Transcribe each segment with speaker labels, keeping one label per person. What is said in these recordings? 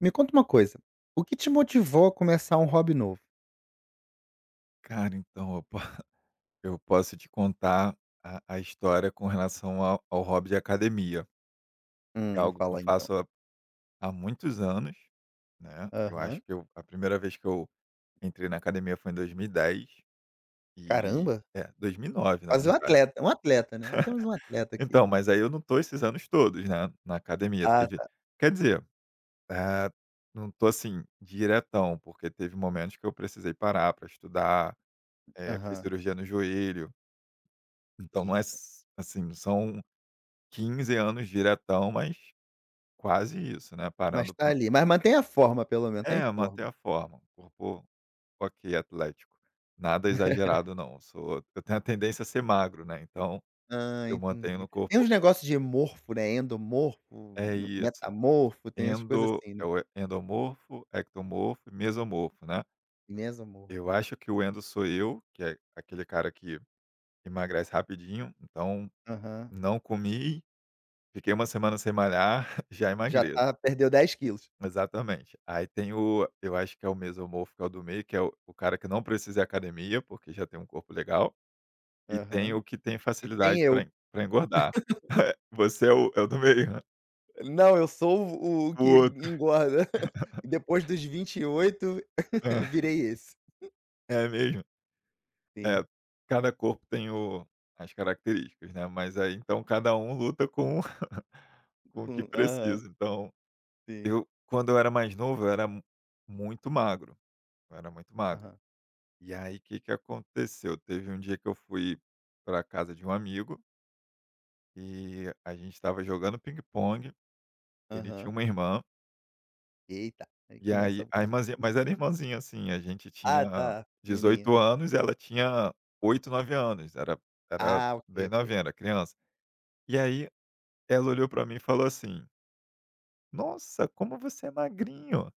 Speaker 1: Me conta uma coisa, o que te motivou a começar um hobby novo?
Speaker 2: Cara, então eu po eu posso te contar a história com relação ao hobby de academia, que é
Speaker 1: Me
Speaker 2: algo que eu
Speaker 1: fala aí então.
Speaker 2: faço há muitos anos, né. Eu acho
Speaker 1: Aham.
Speaker 2: que eu a primeira vez que eu entrei na academia foi em 2010 e
Speaker 1: Caramba,
Speaker 2: dez e 2009, na
Speaker 1: quase
Speaker 2: verdade.
Speaker 1: um atleta, né, temos um atleta aqui.
Speaker 2: Então, mas aí eu não tô esses anos todos, né, na academia.
Speaker 1: Ah,
Speaker 2: Teve
Speaker 1: tá,
Speaker 2: Quer dizer, eh, não tô, assim, diretão, porque teve momentos que eu precisei parar para estudar, fiz
Speaker 1: aham.
Speaker 2: cirurgia no joelho. Então não é
Speaker 1: Eita.
Speaker 2: s assim, são 15 anos diretão, mas quase isso, né,
Speaker 1: Mas
Speaker 2: parando
Speaker 1: tá
Speaker 2: pra
Speaker 1: ali, mas mantém a forma pelo menos, tá em
Speaker 2: é,
Speaker 1: forma.
Speaker 2: manter a forma, um corpo ok, atlético. Nada exagerado não, eu tenho a tendência a ser magro, né, então
Speaker 1: Ah,
Speaker 2: eu mantenho
Speaker 1: entendi.
Speaker 2: no
Speaker 1: Tem uns
Speaker 2: corpo
Speaker 1: negócios de morfo, né, endomorfo,
Speaker 2: é isso,
Speaker 1: metamorfo, tem essas coisas
Speaker 2: endo
Speaker 1: assim, né.
Speaker 2: é o endomorfo, ectomorfo e mesomorfo, né.
Speaker 1: Mesomorfo,
Speaker 2: Eu
Speaker 1: é.
Speaker 2: acho que o endo sou eu, que é aquele cara que emagrece rapidinho, então
Speaker 1: Aham.
Speaker 2: não comi, fiquei uma semana sem malhar, já
Speaker 1: Já
Speaker 2: emagreço.
Speaker 1: perdeu 10 quilos.
Speaker 2: Exatamente. Aí tem o eu acho que é o mesomorfo, que é o do meio, que é o cara que não precisa ir à academia, porque já tem um corpo legal, e tem
Speaker 1: Aham.
Speaker 2: o que tem
Speaker 1: E tem
Speaker 2: facilidade para
Speaker 1: eu.
Speaker 2: en engordar. Você é o do meio, né.
Speaker 1: Não, eu sou o
Speaker 2: O
Speaker 1: que
Speaker 2: outro
Speaker 1: engorda. Depois dos 28 virei esse.
Speaker 2: é, é mesmo.
Speaker 1: Sim,
Speaker 2: É, cada corpo tem o as características, né, mas aí, então, cada um luta com com o que
Speaker 1: com aham,
Speaker 2: precisa. Então,
Speaker 1: sim,
Speaker 2: eu quando eu era mais novo, eu era mu muito magro, eu era muito magro.
Speaker 1: aham,
Speaker 2: E aí, o que que aconteceu? Teve um dia que eu fui para casa de um amigo. E a gente estava jogando ping pong, ele tinha
Speaker 1: aham.
Speaker 2: uma irmã,
Speaker 1: Eita, aí
Speaker 2: e aí
Speaker 1: começa
Speaker 2: a
Speaker 1: bom.
Speaker 2: irmãzinha, mas era irmãzinha, assim, a gente
Speaker 1: Ah,
Speaker 2: tinha
Speaker 1: tá, pequenininha.
Speaker 2: 18 anos, ela tinha oito, 9 anos, era era
Speaker 1: Ah, ok,
Speaker 2: bem
Speaker 1: ok.
Speaker 2: novinha, era criança. E aí ela olhou para mim e falou assim: "Nossa, como você é magrinho".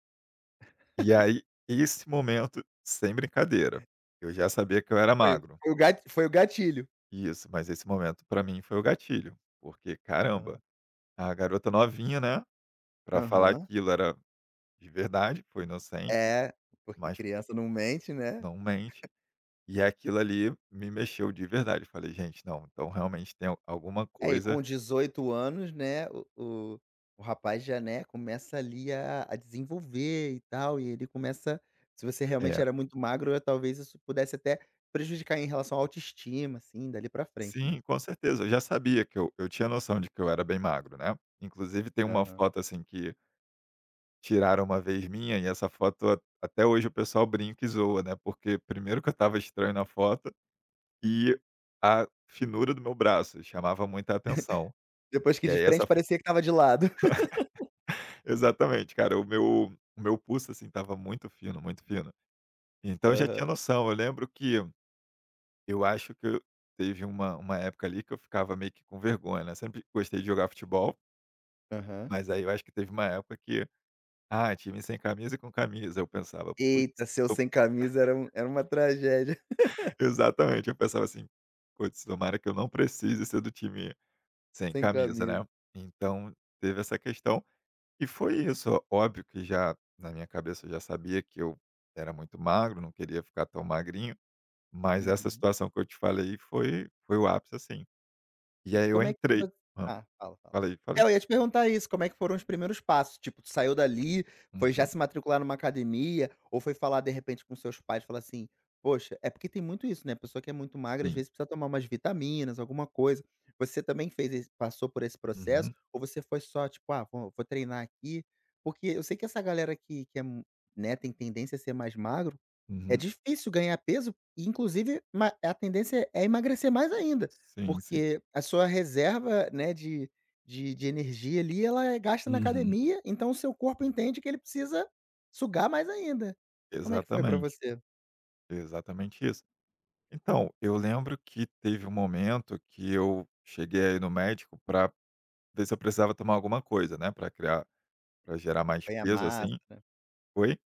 Speaker 2: E aí esse momento, sem brincadeira, eu já sabia que eu era
Speaker 1: Foi
Speaker 2: magro.
Speaker 1: foi o gat foi o gatilho.
Speaker 2: Isso, mas esse momento para mim foi o gatilho, porque caramba,
Speaker 1: Aham.
Speaker 2: a garota novinha, né, para falar
Speaker 1: Aham.
Speaker 2: aquilo era de verdade, foi inocente,
Speaker 1: É, porque
Speaker 2: mas
Speaker 1: criança não mente, né.
Speaker 2: não mente. E aquilo ali me mexeu de verdade. Eu falei: "Gente, não, então realmente tem al alguma
Speaker 1: É, e
Speaker 2: coisa",
Speaker 1: com 18 anos, né, o rapaz já, né, começa ali a desenvolver e tal, e ele começa se você realmente
Speaker 2: é.
Speaker 1: era muito magro, talvez isso pudesse até prejudicar em relação à autoestima, assim, dali pra frente, né.
Speaker 2: Sim, com certeza. Eu já sabia que eu tinha noção de que eu era bem magro, né. Inclusive tem uma
Speaker 1: Aham.
Speaker 2: foto, assim, que tiraram uma vez minha, e essa foto a até hoje o pessoal brinca e zoa, né, porque primeiro que eu estava estranho na foto e a finura do meu braço chamava muita atenção.
Speaker 1: Depois que
Speaker 2: E
Speaker 1: de
Speaker 2: aí essa
Speaker 1: frente parecia que tava de lado.
Speaker 2: exatamente, cara, o meu pulso, assim, tava muito fino, muito fino. Então eu já tinha
Speaker 1: Aham,
Speaker 2: noção. Eu lembro que eu acho que eu teve uma época ali que eu ficava meio que com vergonha, né. Sempre gostei de jogar futebol,
Speaker 1: aham.
Speaker 2: mas aí eu acho que teve uma época que, ah, time sem camisa e com camisa. Eu pensava: "Putz",
Speaker 1: Eita, seu
Speaker 2: eu
Speaker 1: sem camisa era uma tragédia,
Speaker 2: exatamente, eu pensava assim: "Putz, tomara que eu não precise ser do time sem
Speaker 1: sem
Speaker 2: camisa",
Speaker 1: camisa.
Speaker 2: né. Então teve essa questão, e foi isso. Ó, óbvio que já na minha cabeça eu já sabia que eu era muito magro, não queria ficar tão magrinho, mas essa
Speaker 1: Uhum.
Speaker 2: situação que eu te falei foi o ápice, assim. E
Speaker 1: E
Speaker 2: aí eu
Speaker 1: como é que
Speaker 2: entrei.
Speaker 1: vo
Speaker 2: Hã.
Speaker 1: ah, fala, fala.
Speaker 2: Falei,
Speaker 1: É,
Speaker 2: falei.
Speaker 1: eu ia te perguntar isso, como é que foram os primeiros passos? Tipo, tu saiu dali, foi já
Speaker 2: Uhum.
Speaker 1: se matricular numa academia, ou foi falar de repente com seus pais, falar assim: "Poxa." É porque tem muito isso, né, a pessoa que é muito magra, às
Speaker 2: Sim.
Speaker 1: vezes, precisa tomar umas vitaminas, alguma coisa. Você também fez esse passou por esse processo,
Speaker 2: Uhum.
Speaker 1: ou você foi só tipo: "Ah, vou treinar aqui"? Porque eu sei que essa galera que é mu né, tem tendência a ser mais magro, é
Speaker 2: Uhum.
Speaker 1: difícil ganhar peso e inclusive ma a tendência é emagrecer mais ainda.
Speaker 2: Sim, sim.
Speaker 1: Porque a sua reserva, né, de energia ali, ela é gasta na
Speaker 2: Uhum.
Speaker 1: academia, então o seu corpo entende que ele precisa sugar mais ainda. Como é que foi pra
Speaker 2: Exatamente.
Speaker 1: você?
Speaker 2: Exatamente isso. Então, eu lembro que teve um momento que eu cheguei aí no médico para ver se eu precisava tomar alguma coisa, né, para criar, para gerar mais
Speaker 1: Ganhar
Speaker 2: peso,
Speaker 1: massa,
Speaker 2: assim.
Speaker 1: né.
Speaker 2: Oi?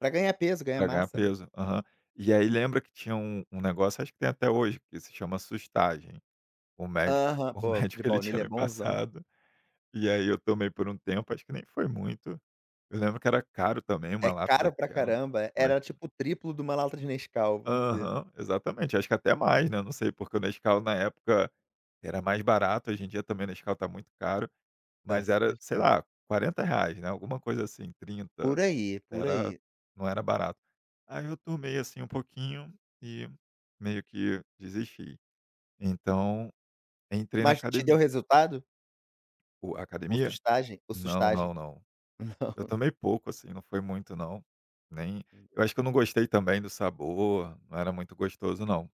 Speaker 1: Pra ganhar peso, ganhar
Speaker 2: Para ganhar
Speaker 1: massa, né.
Speaker 2: peso. Aham. E aí lembra que tinha um negócio, acho que tem até hoje, que se chama sustagem. O médico
Speaker 1: Aham.
Speaker 2: o
Speaker 1: Pô, de
Speaker 2: médico ele tinha
Speaker 1: baunilha é
Speaker 2: me
Speaker 1: bonzão.
Speaker 2: passado, e aí eu tomei por um tempo, acho que nem foi muito. Eu lembro que era caro também,
Speaker 1: É
Speaker 2: uma lata
Speaker 1: caro pra
Speaker 2: daquela.
Speaker 1: caramba,
Speaker 2: Eu acho
Speaker 1: era
Speaker 2: que
Speaker 1: tipo o triplo de uma lata de Nescau, vamos dizer.
Speaker 2: aham, exatamente, acho que até mais, né, não sei, porque o Nescau na época era mais barato, hoje em dia também o Nescau tá muito caro,
Speaker 1: Tá
Speaker 2: mas era,
Speaker 1: super
Speaker 2: sei
Speaker 1: caro.
Speaker 2: lá, quarenta reais, né, alguma coisa assim,
Speaker 1: Por
Speaker 2: trinta.
Speaker 1: aí, por
Speaker 2: Era
Speaker 1: aí.
Speaker 2: Não era barato. Aí eu tomei, assim, um pouquinho e meio que desisti. Então entrei na
Speaker 1: Mas te deu
Speaker 2: academia.
Speaker 1: resultado?
Speaker 2: O
Speaker 1: O
Speaker 2: academia?
Speaker 1: sustagem? O
Speaker 2: Não,
Speaker 1: sustagem.
Speaker 2: não, não. Eu
Speaker 1: Não.
Speaker 2: tomei pouco, assim, não foi muito não, nem eu
Speaker 1: Entendi.
Speaker 2: acho que eu não gostei também do sabor, não era muito gostoso não.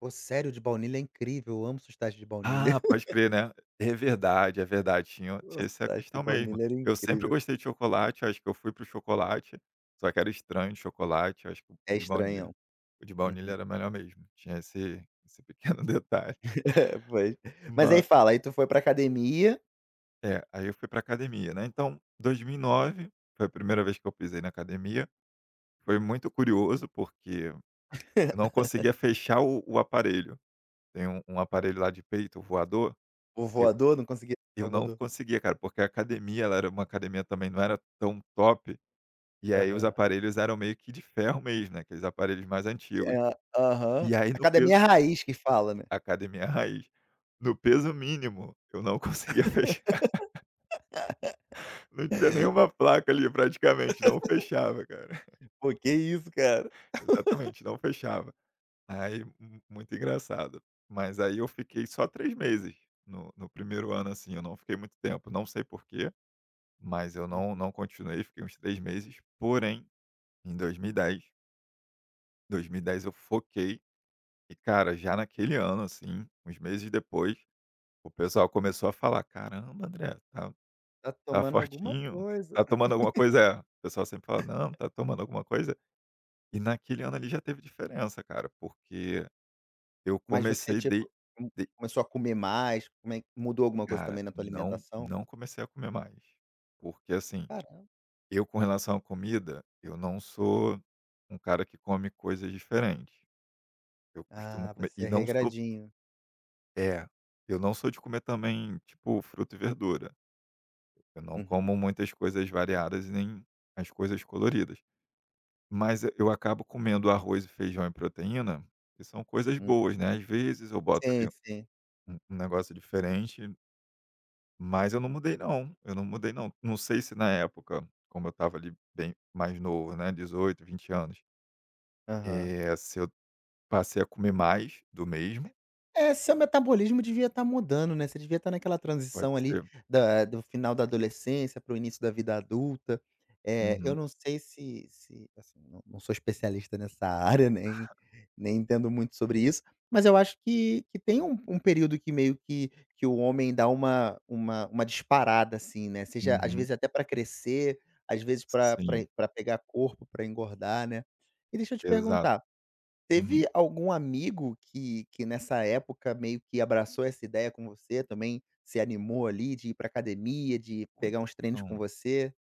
Speaker 1: Pô, sério, de baunilha é incrível, eu amo sustagem de baunilha.
Speaker 2: Ah, pode crer, né. É verdade, tinha
Speaker 1: Nossa, o
Speaker 2: essa
Speaker 1: pistache de
Speaker 2: questão mesmo.
Speaker 1: baunilha era
Speaker 2: Eu sempre
Speaker 1: incrível.
Speaker 2: gostei de chocolate, acho que eu fui pro chocolate, só que era estranho de chocolate, acho que
Speaker 1: É estranho.
Speaker 2: o de baunilha
Speaker 1: Uhum.
Speaker 2: era melhor mesmo, tinha esse pequeno detalhe.
Speaker 1: Pois. Mas aí
Speaker 2: Mas
Speaker 1: fala, aí tu foi pra academia,
Speaker 2: é, aí eu fui para academia, né, então 2009 foi a primeira vez que eu pisei na academia, foi muito curioso porque eu não conseguia fechar o aparelho. Tem um aparelho lá de peito voador,
Speaker 1: o
Speaker 2: eu
Speaker 1: voador, não conseguia tirar
Speaker 2: eu
Speaker 1: o
Speaker 2: não
Speaker 1: voador.
Speaker 2: conseguia, cara, porque a academia, ela era uma academia também não era tão top, e aí os
Speaker 1: Aham.
Speaker 2: aparelhos eram meio que de ferro mesmo, né, aqueles aparelhos mais antigos.
Speaker 1: É, aham.
Speaker 2: E aí no peso
Speaker 1: Academia raiz que fala, né.
Speaker 2: Academia raiz. No peso mínimo, eu não conseguia fechar, não tinha nenhuma placa ali praticamente, não fechava, cara.
Speaker 1: Pô, que isso, cara.
Speaker 2: Exatamente, não fechava. Aí, mu muito engraçado. Mas aí eu fiquei só 3 meses no primeiro ano, assim, eu não fiquei muito tempo, não sei porquê, mas eu não
Speaker 1: Uhum.
Speaker 2: não continuei, fiquei uns 3 meses, porém, em 2010, dez eu foquei e, cara, já naquele ano, assim, uns meses depois, o pessoal começou a falar: "Caramba, André, tá
Speaker 1: Tá
Speaker 2: tá
Speaker 1: tomando alguma
Speaker 2: fortinho,
Speaker 1: coisa.
Speaker 2: tá tomando alguma coisa?" É, o pessoal sempre fala: "Não, tá tomando alguma coisa?" E naquele ano ali já teve diferença, cara, porque eu
Speaker 1: Mas você,
Speaker 2: comecei de
Speaker 1: tipo, com começou a comer mais? Como é que mudou alguma coisa
Speaker 2: Cara,
Speaker 1: também na tua
Speaker 2: não
Speaker 1: alimentação?
Speaker 2: não comecei a comer mais, porque assim,
Speaker 1: Cara,
Speaker 2: eu com relação à comida, eu não sou um cara que come coisas diferentes, eu costumo
Speaker 1: ah,
Speaker 2: comer
Speaker 1: você
Speaker 2: e
Speaker 1: é
Speaker 2: não sou
Speaker 1: regradinho.
Speaker 2: é, eu não sou de comer também, tipo, fruta e verdura, eu não
Speaker 1: Uhum.
Speaker 2: como muitas coisas variadas e nem as coisas coloridas, mas eu acabo comendo arroz e feijão e proteína, que são coisas
Speaker 1: Hum.
Speaker 2: boas, né, às vezes eu boto
Speaker 1: Sim,
Speaker 2: ali
Speaker 1: sim.
Speaker 2: um negócio diferente. Mas eu não mudei não, eu não mudei não. Não sei se na época, como eu estava ali bem mais novo, né, dezoito, 20 anos,
Speaker 1: Aham.
Speaker 2: se eu passei a comer mais do mesmo,
Speaker 1: É, seu metabolismo devia estar mudando, né, você devia estar naquela
Speaker 2: pode
Speaker 1: transição ali
Speaker 2: ser.
Speaker 1: da do final da adolescência para o início da vida adulta. Eu
Speaker 2: Uhum,
Speaker 1: não sei se assim, não sou especialista nessa área, nem entendo muito sobre isso, mas eu acho que tem um período que meio que o homem dá uma disparada, assim, né, seja às
Speaker 2: uhum,
Speaker 1: vezes até para crescer, às vezes para pra
Speaker 2: sim,
Speaker 1: pra pegar corpo, para engordar, né. E deixa eu te
Speaker 2: exato.
Speaker 1: perguntar.
Speaker 2: Uhum.
Speaker 1: Teve algum amigo que nessa época meio que abraçou essa ideia com você também, se animou ali de ir pra academia, de
Speaker 2: Pois
Speaker 1: pegar uns treinos
Speaker 2: então,
Speaker 1: com
Speaker 2: o
Speaker 1: você?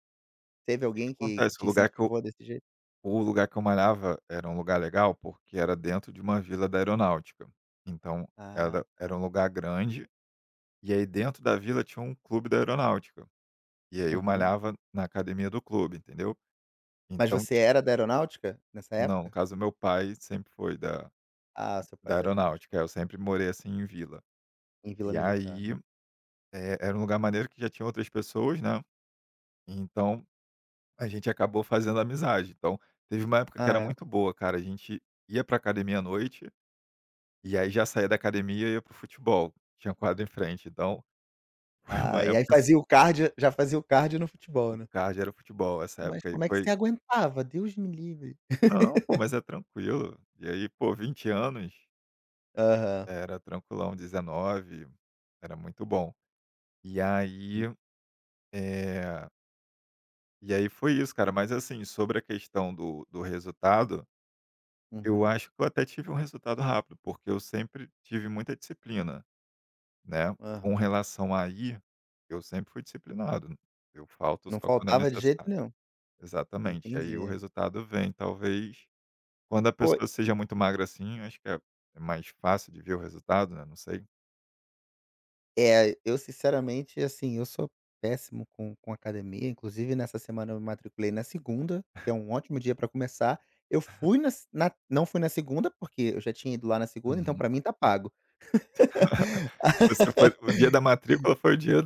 Speaker 1: Teve
Speaker 2: que que
Speaker 1: alguém que
Speaker 2: acontece, o
Speaker 1: te
Speaker 2: lugar que eu,
Speaker 1: incentivou desse jeito?
Speaker 2: o lugar que eu malhava era um lugar legal, porque era dentro de uma vila da aeronáutica. Então era
Speaker 1: Ah, tá.
Speaker 2: era um lugar grande, e aí dentro da vila tinha um clube da aeronáutica, e aí eu
Speaker 1: Uhum.
Speaker 2: malhava na academia do clube, entendeu?
Speaker 1: Mas
Speaker 2: Então
Speaker 1: você
Speaker 2: ti
Speaker 1: era da aeronáutica nessa
Speaker 2: Não, no
Speaker 1: época?
Speaker 2: caso meu pai sempre foi
Speaker 1: Ah, seu pai
Speaker 2: da
Speaker 1: é da aeronáutica,
Speaker 2: aeronáutica,
Speaker 1: ok.
Speaker 2: eu sempre morei, assim, em vila.
Speaker 1: Em Vila
Speaker 2: E
Speaker 1: Militar,
Speaker 2: aí,
Speaker 1: né.
Speaker 2: era um lugar maneiro que já tinha outras pessoas, né, então a gente acabou fazendo amizade. Então, teve uma época que era
Speaker 1: Ah, é.
Speaker 2: muito boa, cara, a gente ia pra academia à noite, e aí já saía da academia e ia para o futebol, tinha quadra em frente, então foi uma
Speaker 1: Ah, e aí
Speaker 2: época assim,
Speaker 1: fazia o cardio já fazia o cardio no
Speaker 2: o
Speaker 1: futebol, né.
Speaker 2: cardio era futebol, essa
Speaker 1: Mas
Speaker 2: época aí
Speaker 1: como é que
Speaker 2: foi,
Speaker 1: você aguentava? Deus me livre.
Speaker 2: não, pô, mas é tranquilo. E aí, pô, 20 anos,
Speaker 1: Aham.
Speaker 2: era tranquilão, 19, era muito bom. E aí, eh, e aí foi isso, cara. Mas assim, sobre a questão do resultado, eu
Speaker 1: Uhum.
Speaker 2: acho que eu até tive um resultado rápido, porque eu sempre tive muita disciplina, né. Com
Speaker 1: Aham.
Speaker 2: relação a ir, eu sempre fui disciplinado. Eu falto
Speaker 1: Não
Speaker 2: só quando é
Speaker 1: faltava de jeito
Speaker 2: necessário.
Speaker 1: nenhum.
Speaker 2: Exatamente. Aí o
Speaker 1: Entendi.
Speaker 2: resultado vem. Talvez quando a
Speaker 1: Pô,
Speaker 2: pessoa seja muito magra assim, eu acho que é mais fácil de ver o resultado, né, não sei.
Speaker 1: é, eu sinceramente, assim, eu sou péssimo com academia. Inclusive, nessa semana eu me matriculei na segunda, que é um ótimo dia para começar. Eu fui na, se- na- não fui na segunda, porque eu já tinha ido lá na segunda, então
Speaker 2: Uhum.
Speaker 1: para mim tá pago.
Speaker 2: Você foi, o dia da matrícula foi o dia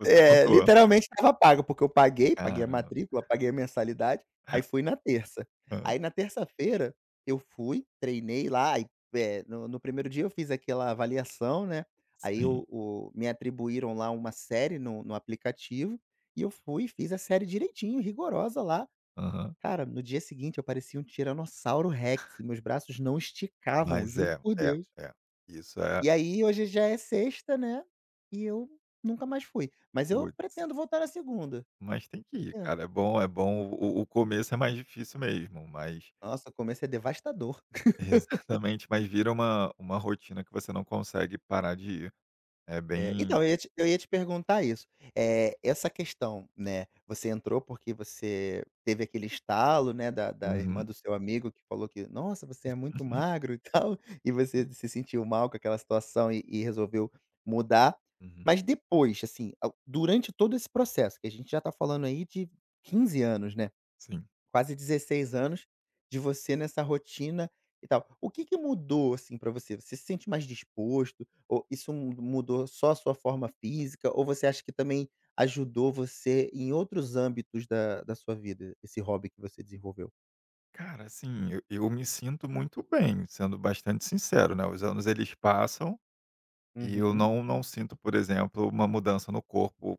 Speaker 2: você
Speaker 1: É,
Speaker 2: contou?
Speaker 1: literalmente estava pago, porque eu paguei, a
Speaker 2: Caramba.
Speaker 1: matrícula, paguei a mensalidade, aí fui na terça.
Speaker 2: Hã,
Speaker 1: Aí na terça-feira eu fui, treinei lá, aí, no primeiro dia eu fiz aquela avaliação, né, aí
Speaker 2: sim.
Speaker 1: o me atribuíram lá uma série no aplicativo, e eu fui e fiz a série direitinho, rigorosa lá.
Speaker 2: Aham.
Speaker 1: Cara, no dia seguinte eu parecia um tiranossauro rex, meus braços não esticavam,
Speaker 2: Mas
Speaker 1: juro
Speaker 2: é,
Speaker 1: por
Speaker 2: é,
Speaker 1: Deus.
Speaker 2: é. Isso é
Speaker 1: E aí hoje já é sexta, né, e eu nunca mais fui. Mas eu
Speaker 2: putz,
Speaker 1: pretendo voltar na segunda,
Speaker 2: mas tem que ir,
Speaker 1: pretendo.
Speaker 2: cara. É bom, é bom. O começo é mais difícil mesmo, mas
Speaker 1: Nossa, o começo é devastador.
Speaker 2: exatamente, mas vira uma rotina que você não consegue parar de ir. É
Speaker 1: É,
Speaker 2: bem
Speaker 1: então eu ia te perguntar isso, essa questão, né, você entrou porque você teve aquele estalo, né, da irmã
Speaker 2: uhum,
Speaker 1: do seu amigo que falou que: "Nossa, você é muito magro e tal", e você se sentiu mal com aquela situação e resolveu mudar.
Speaker 2: uhum,
Speaker 1: Mas depois, assim, ao durante todo esse processo, que a gente já tá falando aí de 15 anos, né.
Speaker 2: sim.
Speaker 1: Quase 16 anos de você nessa rotina e tal. O que que mudou, assim, pra você? Você se sente mais disposto? Ou isso mu mudou só a sua forma física? Ou você acha que também ajudou você em outros âmbitos da sua vida, esse hobby que você desenvolveu?
Speaker 2: Cara, assim, eu me sinto muito bem, sendo bastante sincero, né, os anos eles passam e eu
Speaker 1: Uhum,
Speaker 2: não não sinto, por exemplo, uma mudança no corpo,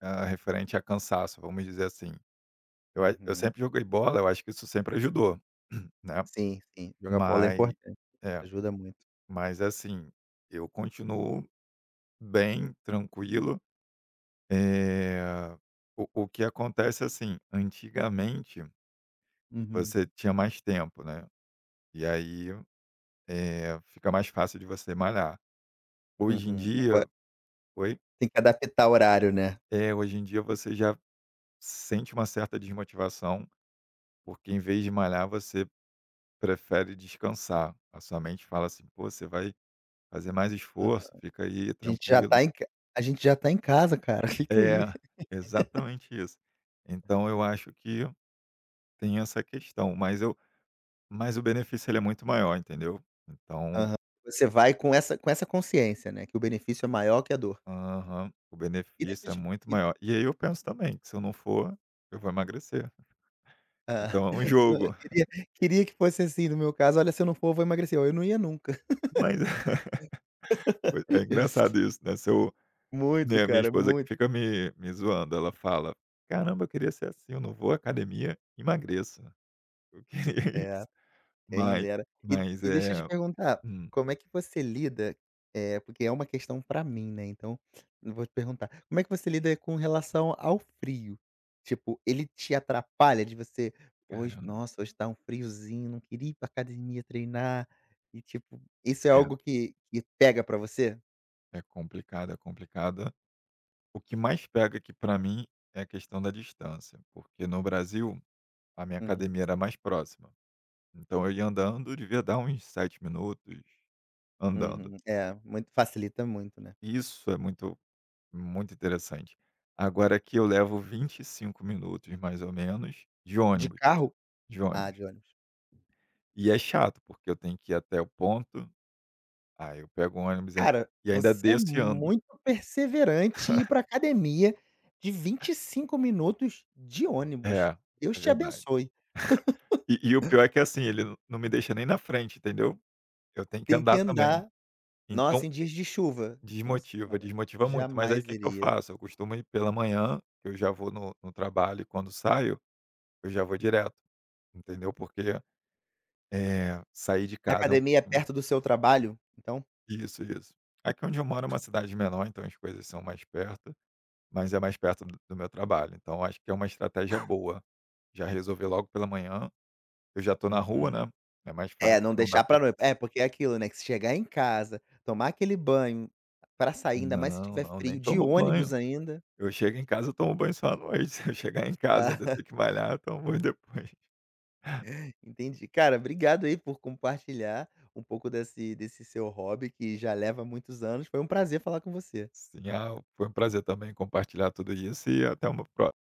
Speaker 2: ah, referente a cansaço, vamos dizer assim. Eu
Speaker 1: uhum.
Speaker 2: sempre joguei bola, eu acho que isso sempre ajudou, né.
Speaker 1: Sim, sim. Jogar bola é
Speaker 2: Mas
Speaker 1: importante.
Speaker 2: é,
Speaker 1: Ajuda muito.
Speaker 2: mas assim, eu continuo bem tranquilo, eh, o que acontece, assim, antigamente
Speaker 1: Uhum,
Speaker 2: você tinha mais tempo, né, e aí, fica mais fácil de você malhar. Hoje em
Speaker 1: uhum.
Speaker 2: dia
Speaker 1: Agora
Speaker 2: oi?
Speaker 1: tem que adaptar o horário, né.
Speaker 2: É, hoje em dia você já sente uma certa desmotivação, porque em vez de malhar você prefere descansar. A sua mente fala assim: "Pô, você vai" fazer mais
Speaker 1: Hã.
Speaker 2: esforço, fica aí
Speaker 1: A gente já
Speaker 2: tranquilo.
Speaker 1: tá em ca a gente já tá em casa, cara. Fica aí.
Speaker 2: É, exatamente isso. Então eu acho que tem essa questão, mas o benefício ele é muito maior, entendeu? Então
Speaker 1: Aham. Você vai com essa consciência, né, que o benefício é maior que a dor.
Speaker 2: aham, o
Speaker 1: E deixa
Speaker 2: benefício é
Speaker 1: eu te
Speaker 2: muito
Speaker 1: e
Speaker 2: maior. E aí eu penso também que se eu não for, eu vou emagrecer.
Speaker 1: hã,
Speaker 2: Então é um
Speaker 1: eu
Speaker 2: jogo.
Speaker 1: queria queria que fosse assim no meu caso, olha, se eu não for, eu vou emagrecer. Eu não ia nunca.
Speaker 2: Mas é engraçado isso, né, se eu
Speaker 1: Muito,
Speaker 2: né, minha
Speaker 1: cara,
Speaker 2: esposa que
Speaker 1: muito.
Speaker 2: fica me zoando, ela fala: "Caramba, eu queria ser assim, eu não vou à academia, emagreço". Eu queria isso.
Speaker 1: É. Quem
Speaker 2: Mas
Speaker 1: dera. E
Speaker 2: mas
Speaker 1: e deixa eu te
Speaker 2: é
Speaker 1: perguntar,
Speaker 2: Hum,
Speaker 1: como é que você lida, é porque é uma questão pra mim, né, então eu vou te perguntar, como é que você lida com relação ao frio? Tipo, ele te atrapalha de você: "Hoje,
Speaker 2: caramba.
Speaker 1: nossa, hoje tá um friozinho, não queria ir pra academia treinar", e tipo, isso é
Speaker 2: É,
Speaker 1: algo que pega pra você?
Speaker 2: é complicado, é complicado. O que mais pega aqui para mim é a questão da distância, porque no Brasil a minha
Speaker 1: Uhum,
Speaker 2: academia era mais próxima. Então eu ia andando, devia dar uns 7 minutos andando.
Speaker 1: uhum. É, muito facilita muito, né.
Speaker 2: Isso é muito, muito interessante. Agora aqui eu levo 25 minutos, mais ou menos, de
Speaker 1: De
Speaker 2: ônibus,
Speaker 1: carro?
Speaker 2: de
Speaker 1: Ah,
Speaker 2: ônibus.
Speaker 1: de ônibus.
Speaker 2: E é chato, porque eu tenho que ir até o ponto, aí eu pego o ônibus
Speaker 1: Cara,
Speaker 2: e ainda
Speaker 1: você é
Speaker 2: desço e ando.
Speaker 1: muito perseverante e ir pra academia de 25 minutos de ônibus.
Speaker 2: É, é
Speaker 1: Deus te
Speaker 2: verdade.
Speaker 1: abençoe.
Speaker 2: E o pior é que, assim, ele não me deixa nem na frente, entendeu? Eu tenho que
Speaker 1: Tem que
Speaker 2: andar também.
Speaker 1: andar. Nossa,
Speaker 2: Então
Speaker 1: em dias de chuva. Nossa
Speaker 2: desmotiva,
Speaker 1: senhora,
Speaker 2: desmotiva muito. Mas aí o
Speaker 1: jamais
Speaker 2: que que eu
Speaker 1: iria.
Speaker 2: faço? Eu costumo ir pela manhã, que eu já vou no trabalho e quando saio, eu já vou direto, entendeu? Porque, sair de
Speaker 1: A
Speaker 2: casa é um
Speaker 1: academia é
Speaker 2: pouquinho
Speaker 1: perto do seu trabalho, então?
Speaker 2: isso, isso. Aqui onde eu moro é uma cidade menor, então as coisas são mais perto, mas é mais perto do meu trabalho. Então acho que é uma estratégia boa. Já resolver logo pela manhã, eu já tô na rua,
Speaker 1: Uhum.
Speaker 2: né, é mais fácil
Speaker 1: É, não
Speaker 2: que não dá
Speaker 1: deixar
Speaker 2: para
Speaker 1: pra noite. É, porque é aquilo, né, que se chegar em casa, tomar aquele banho pra sair, ainda mais se
Speaker 2: não,
Speaker 1: tiver
Speaker 2: não, nem
Speaker 1: frio, de
Speaker 2: tomo
Speaker 1: ônibus
Speaker 2: banho.
Speaker 1: ainda.
Speaker 2: Eu chego em casa, eu tomo banho só à noite. Se eu chegar em casa e
Speaker 1: ah,
Speaker 2: ainda ter que malhar, eu tomo banho depois.
Speaker 1: Entendi. Cara, obrigado aí por compartilhar um pouco desse seu hobby que já leva muitos anos. Foi um prazer falar com você.
Speaker 2: Sim, ah, foi um prazer também compartilhar tudo isso e até uma próxima.